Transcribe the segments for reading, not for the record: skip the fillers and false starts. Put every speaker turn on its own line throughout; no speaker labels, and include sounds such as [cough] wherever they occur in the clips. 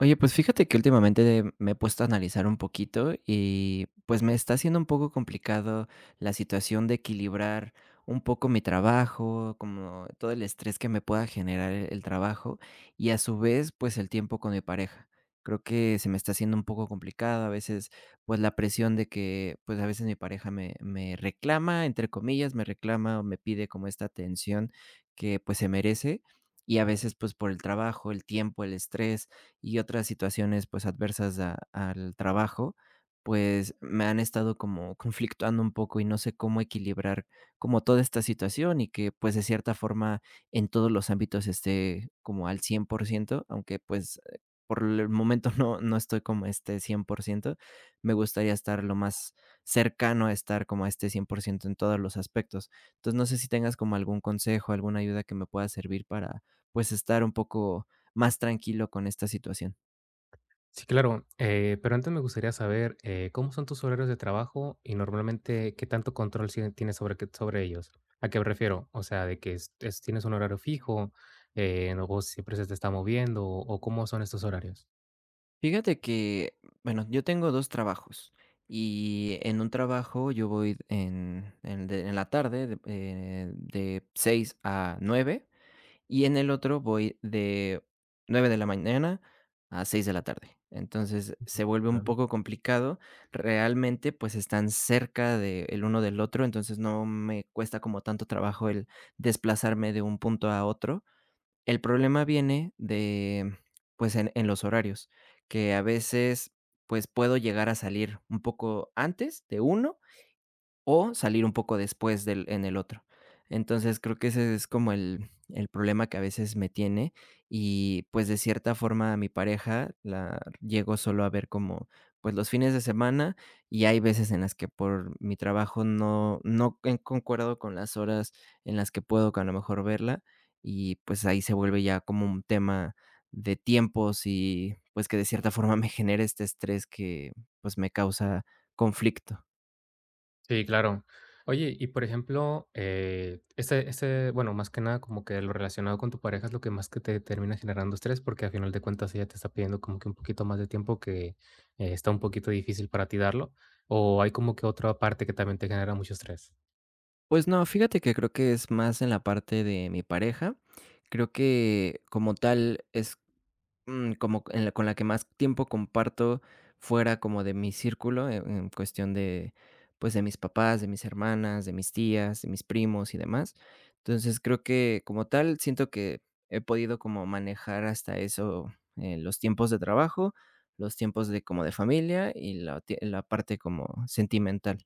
Oye, pues fíjate que últimamente me he puesto a analizar un poquito y pues me está haciendo un poco complicado la situación de equilibrar un poco mi trabajo, como todo el estrés que me pueda generar el trabajo, y a su vez pues el tiempo con mi pareja. Creo que se me está haciendo un poco complicado, a veces pues la presión de que pues a veces mi pareja me reclama, entre comillas, me reclama o me pide como esta atención que pues se merece. Y a veces pues por el trabajo, el tiempo, el estrés, y otras situaciones, pues, adversas a al trabajo, pues, me han estado como conflictuando un poco y no sé cómo equilibrar como toda esta situación y que, pues, de cierta forma, en todos los ámbitos esté como al 100%, aunque, pues, por el momento [laughs] no estoy como este 100%. Me gustaría estar lo más cercano a estar como a este 100% en todos los aspectos. Entonces, no sé si tengas como algún consejo, alguna ayuda que me pueda servir para, pues, estar un poco más tranquilo con esta situación.
Sí, claro. Pero antes me gustaría saber, ¿cómo son tus horarios de trabajo y normalmente qué tanto control tienes sobre, sobre ellos? ¿A qué me refiero? O sea, de que tienes un horario fijo, o si siempre se te está moviendo, o cómo son estos horarios.
Fíjate que, bueno, yo tengo 2 trabajos, y en un trabajo yo voy en la tarde de 6 a 9, y en el otro voy de 9 de la mañana a 6 de la tarde. Entonces, se vuelve un poco complicado. Realmente, pues, están cerca de el uno del otro, entonces no me cuesta como tanto trabajo el desplazarme de un punto a otro. El problema viene de, pues, en los horarios, que a veces, pues, puedo llegar a salir un poco antes de uno. O salir un poco después del en el otro. Entonces, creo que ese es como el problema que a veces me tiene, y, pues, de cierta forma, a mi pareja la llego solo a ver como, pues, los fines de semana, y hay veces en las que por mi trabajo no he concuerdo con las horas en las que puedo, que a lo mejor verla, y, pues, ahí se vuelve ya como un tema de tiempos y, pues, que de cierta forma [laughs] me genera este estrés que, pues, me causa conflicto.
Sí, claro. Oye, y por ejemplo, este, bueno, más que nada como que lo relacionado con tu pareja es lo que más que te termina generando estrés, porque a final de cuentas ella te está pidiendo como que un poquito más de tiempo que, está un poquito difícil para ti darlo, ¿o hay como que otra parte que también te genera mucho estrés?
Pues no, fíjate que creo que es más en la parte de mi pareja. Creo que como tal es, como en la con la que más tiempo comparto fuera como de mi círculo, en cuestión de, pues, de mis papás, de mis hermanas, de mis tías, de mis primos y demás. Entonces, creo que como tal siento que he podido como manejar hasta eso, los tiempos de trabajo, los tiempos de como de familia y la parte como sentimental.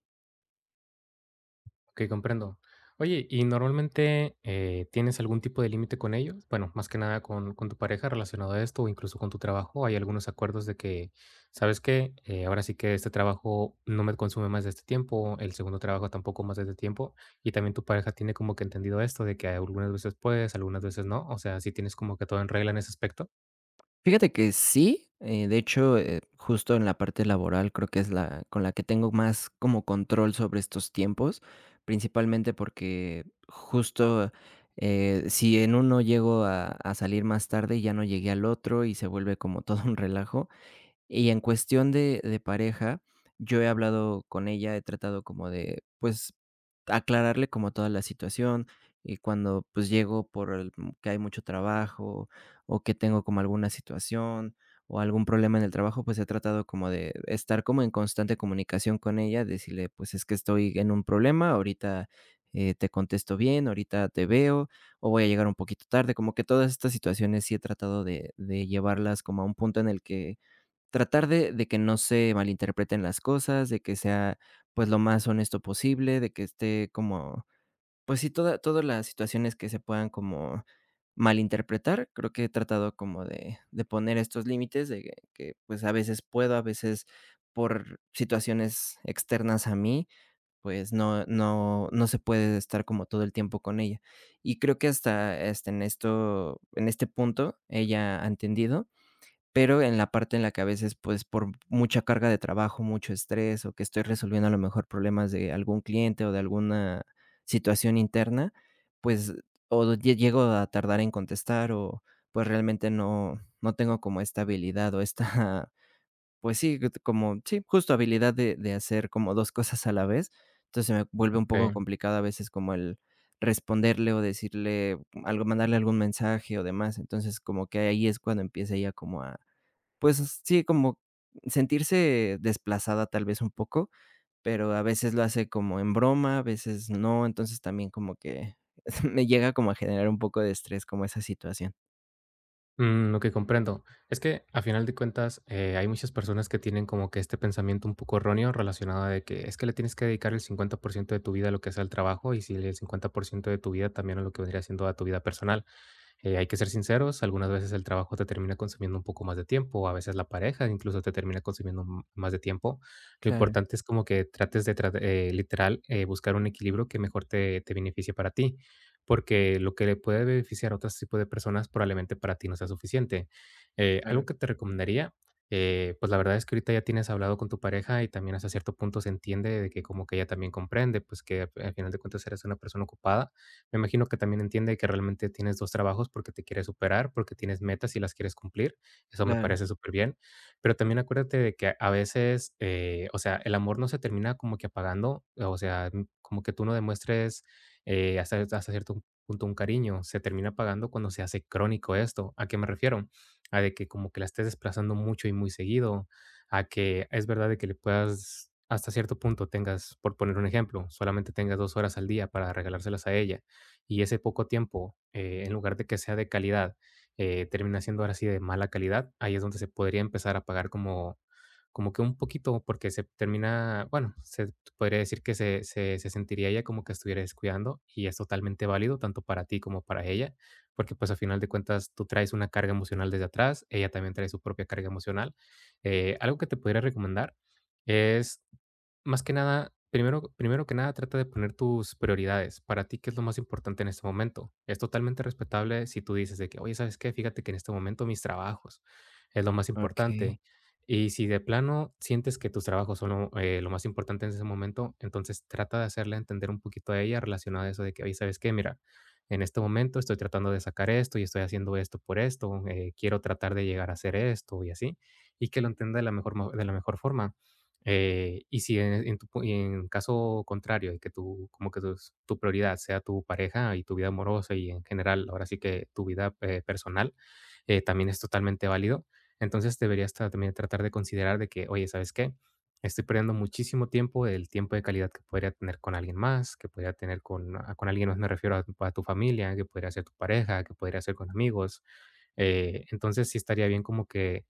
Okey, comprendo. Oye, ¿y normalmente, tienes algún tipo de límite con ellos? Bueno, más que nada con tu pareja relacionado a esto, o incluso con tu trabajo, ¿hay algunos acuerdos de que, sabes qué? Ahora sí que este trabajo no me consume más de este tiempo, el segundo trabajo tampoco más de este tiempo, y también tu pareja tiene como que entendido esto de que algunas veces puedes, algunas veces no, o sea, ¿sí tienes como que todo en regla en ese aspecto?
Fíjate que sí, de hecho, justo en la parte laboral creo que es la con la que tengo más como control sobre estos tiempos, principalmente porque justo, si en uno llego a salir más tarde, ya no llegué al otro y se vuelve como todo un relajo. Y en cuestión de pareja, yo he hablado con ella, he tratado como de, pues, aclararle como toda la situación, y cuando, pues, llego que hay mucho trabajo, o que tengo como alguna situación, o algún problema en el trabajo, pues, he tratado como de estar como en constante comunicación con ella, decirle: "Pues, es que estoy en un problema, ahorita, te contesto bien, ahorita te veo, o voy a llegar un poquito tarde", como que todas estas situaciones sí he tratado de llevarlas como a un punto en el que tratar de que no se malinterpreten las cosas, de que sea, pues, lo más honesto posible, de que esté como, pues sí, todas las situaciones que se puedan como malinterpretar, creo que he tratado como de poner estos límites, de que, pues, a veces puedo, a veces por situaciones externas a mí, pues no se puede estar como todo el tiempo con ella. Y creo que hasta en esto en este punto ella ha entendido. Pero en la parte en la que a veces, pues, por mucha carga de trabajo, mucho estrés, o que estoy resolviendo a lo mejor problemas de algún cliente o de alguna situación interna, pues, o llego a tardar en contestar o, pues, realmente no tengo como esta habilidad o esta, [laughs] pues sí, como sí, justo habilidad de hacer como 2 cosas a la vez. Entonces, se me vuelve un poco
Okey.
complicado a veces como el responderle o decirle algo, mandarle algún mensaje o demás. Entonces, como que ahí es cuando empieza ya como a, pues sí, como sentirse desplazada tal vez un poco, pero a veces lo hace como en broma, a veces no, entonces también como que [laughs] me llega como a generar un poco de estrés como esa situación.
Mm, okey, comprendo. Es que, a final de cuentas, hay muchas personas que tienen como que este pensamiento un poco erróneo relacionado de que es que le tienes que dedicar el 50% de tu vida a lo que es el trabajo y si el 50% de tu vida también a lo que vendría siendo a tu vida personal. Hay que ser sinceros, algunas veces el trabajo te termina consumiendo un poco más de tiempo, o a veces la pareja incluso te termina consumiendo más de tiempo. Lo
Claro,
importante es como que trates de, literal, buscar un equilibrio que mejor te beneficie para ti, porque lo que le puede beneficiar a otro tipo de personas probablemente para ti no sea suficiente. Algo
claro,
que te recomendaría, pues la verdad es que ahorita ya tienes hablado con tu pareja y también hasta cierto punto se entiende de que como que ella también comprende, pues que al final de cuentas eres una persona ocupada. Me imagino que también entiende que realmente tienes 2 trabajos porque te quieres superar, porque tienes metas y las quieres cumplir. Eso me
claro.
parece súper bien. Pero también acuérdate de que a veces, o sea, el amor no se termina como que apagando, o sea, como que tú no demuestres, hasta cierto punto un cariño, se termina apagando cuando se hace crónico esto. ¿A qué me refiero? A de que como que la estés desplazando mucho y muy seguido, a que es verdad de que le puedas hasta cierto punto tengas, por poner un ejemplo, solamente tengas 2 horas al día para regalárselas a ella, y ese poco tiempo, en lugar de que sea de calidad, termina siendo ahora sí de mala calidad, ahí es donde se podría empezar a pagar como, como que un poquito, porque se termina, bueno, se podría decir que se sentiría ella como que estuviera descuidando y es totalmente válido tanto para ti como para ella, porque pues a final de cuentas tú traes una carga emocional desde atrás, ella también trae su propia carga emocional. Algo que te podría recomendar es más que nada, primero que nada, trata de poner tus prioridades. Para ti, ¿qué es lo más importante en este momento? Es totalmente respetable si tú dices de que: "Oye, ¿sabes qué? Fíjate que en este momento mis trabajos es lo más
Okey,
importante". Y si de plano sientes que tus trabajos son lo más importante en ese momento, entonces trata de hacerle entender un poquito a ella relacionado a eso de que: "Oye, ¿sabes qué? Mira, en este momento estoy tratando de sacar esto y estoy haciendo esto por esto, quiero tratar de llegar a hacer esto", y así, y que lo entienda de la mejor forma. Y si y en caso contrario, de que tu prioridad sea tu pareja y tu vida amorosa y en general, ahora sí que tu vida personal, también es totalmente válido. Entonces deberías también tratar de considerar de que, oye, ¿sabes qué? Estoy perdiendo muchísimo tiempo, el tiempo de calidad que podría tener con alguien más, que podría tener con alguien más, me refiero a tu familia, que podría ser tu pareja, que podría ser con amigos. Entonces sí estaría bien como que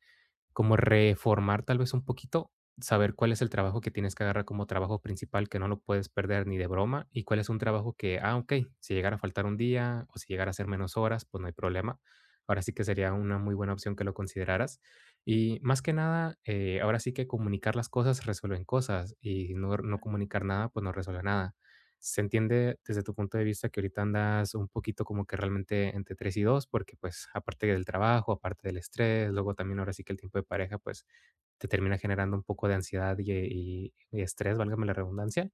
como reformar tal vez un poquito, saber cuál es el
okey.
trabajo que tienes que agarrar como trabajo principal, que no lo puedes perder ni de broma, y cuál es un trabajo que, ah, ok, si llegara a faltar un día o si llegara a ser menos horas, pues no hay problema. Ahora sí que sería una muy buena opción que lo consideraras. Y más que nada, ahora sí que comunicar las cosas resuelven cosas y no, no comunicar nada, pues no resuelve nada. Se entiende desde tu punto de vista que ahorita andas un poquito como que realmente entre 3 y 2 porque, pues, aparte del trabajo, aparte del estrés, luego también ahora sí que el tiempo de pareja, pues, te termina generando un poco de ansiedad y estrés, válgame la redundancia.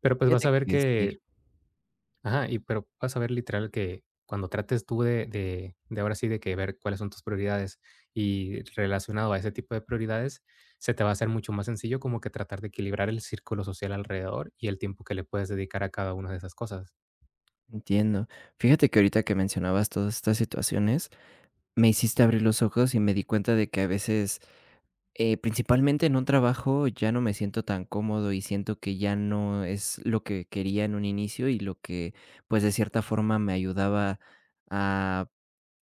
Pero, pues, vas
Fíjate
a ver
que sí,
que, ajá, y pero vas a ver literal que cuando trates tú de ahora sí de que ver cuáles son tus prioridades y relacionado a ese tipo de prioridades, se te va a hacer mucho más sencillo como que tratar de equilibrar el círculo social alrededor y el tiempo que le puedes dedicar a cada una de esas cosas.
entiendo. Fíjate que ahorita que mencionabas todas estas situaciones, me hiciste abrir los ojos y me di cuenta de que a veces principalmente en un trabajo ya no me siento tan cómodo y siento que ya no es lo que quería en un inicio y lo que, pues, de cierta forma me ayudaba a,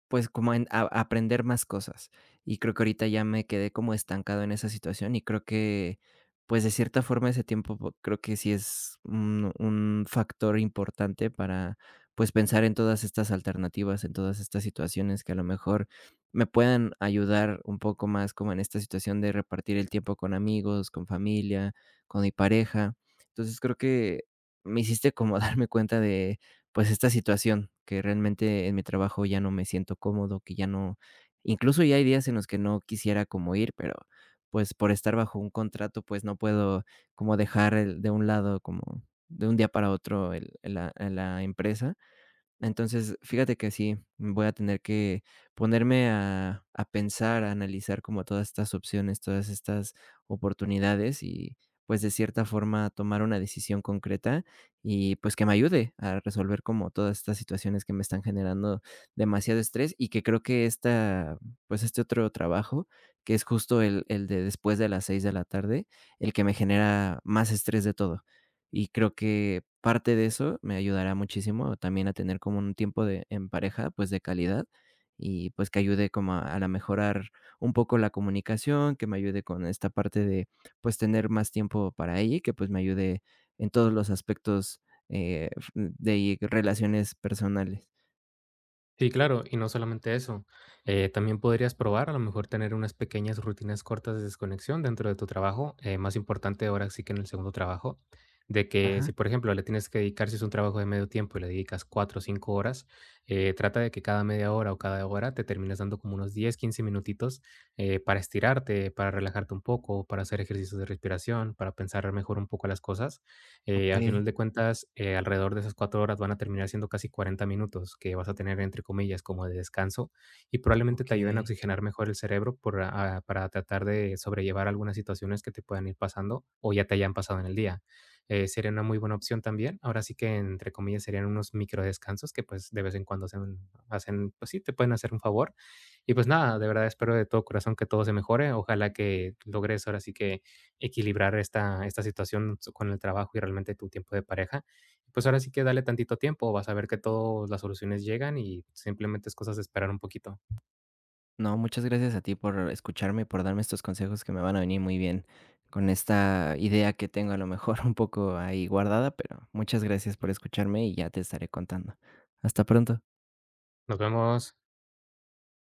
pues, como en a aprender más cosas. Y creo que ahorita ya me quedé como estancado en esa situación, y creo que, pues, de cierta forma ese tiempo, po creo que sí es un factor importante para, pues, pensar en todas estas alternativas, en todas estas situaciones que a lo mejor me puedan ayudar un poco más como en esta situación de repartir el tiempo con amigos, con familia, con mi pareja. Entonces, creo que me hiciste como [laughs] darme cuenta de, pues, esta situación que realmente en mi trabajo ya no me siento cómodo, que ya no, incluso ya hay días en los que no quisiera como ir, pero, pues, por estar bajo un contrato, pues, no puedo como dejar el de un lado como de un día para otro el la la empresa. Entonces, fíjate que sí, voy a tener que ponerme a pensar, a analizar como todas estas opciones, todas estas oportunidades y, pues, de cierta forma, tomar una decisión concreta y, pues, que me ayude a resolver como todas estas situaciones que me están generando demasiado estrés, y que creo que esta, pues, este otro trabajo, que es justo el de después de las 6 de la tarde, el que me genera más estrés de todo. Y creo que parte de eso me ayudará muchísimo también a tener como un tiempo de en pareja, pues, de calidad y, pues, que ayude como a la mejorar un poco la comunicación, que me ayude con esta parte de, pues, tener más tiempo para ella y que, pues, me ayude en todos los aspectos, f de relaciones personales.
Sí, claro, y no solamente eso, también podrías probar a lo mejor tener unas pequeñas rutinas cortas de desconexión dentro de tu trabajo, más importante ahora sí que en el segundo trabajo, de que
Ajá.
si por ejemplo le tienes que dedicar, si es un trabajo de medio tiempo y le dedicas 4 o 5 horas, trata de que cada media hora o cada hora te termines dando como unos 10, 15 minutitos. Para estirarte, para relajarte un poco, para hacer ejercicios de respiración, para pensar mejor un poco las cosas. Al
Okey,
final de cuentas, alrededor de esas 4 horas van a terminar siendo casi 40 minutos que vas a tener, entre comillas, como de descanso, y probablemente te ayuden a
okey.
oxigenar mejor el cerebro para tratar de sobrellevar algunas situaciones que te puedan ir pasando o ya te hayan pasado en el día. Sería una muy buena opción también. Ahora sí que, entre comillas, serían unos micro descansos que pues de vez en cuando hacen, pues sí, te pueden hacer un favor. Y pues nada, de verdad espero de todo corazón que todo se mejore. Ojalá que logres ahora sí que equilibrar esta situación con el trabajo y realmente tu tiempo de pareja. Pues ahora sí que dale tantito tiempo, vas a ver que todas las soluciones llegan y simplemente es cosas de esperar un poquito.
No, muchas gracias a ti por escucharme y por darme estos consejos que me van a venir muy bien con esta idea que tengo a lo mejor [laughs] un poco ahí guardada, pero muchas gracias por escucharme y ya te estaré contando. Hasta pronto.
Nos vemos.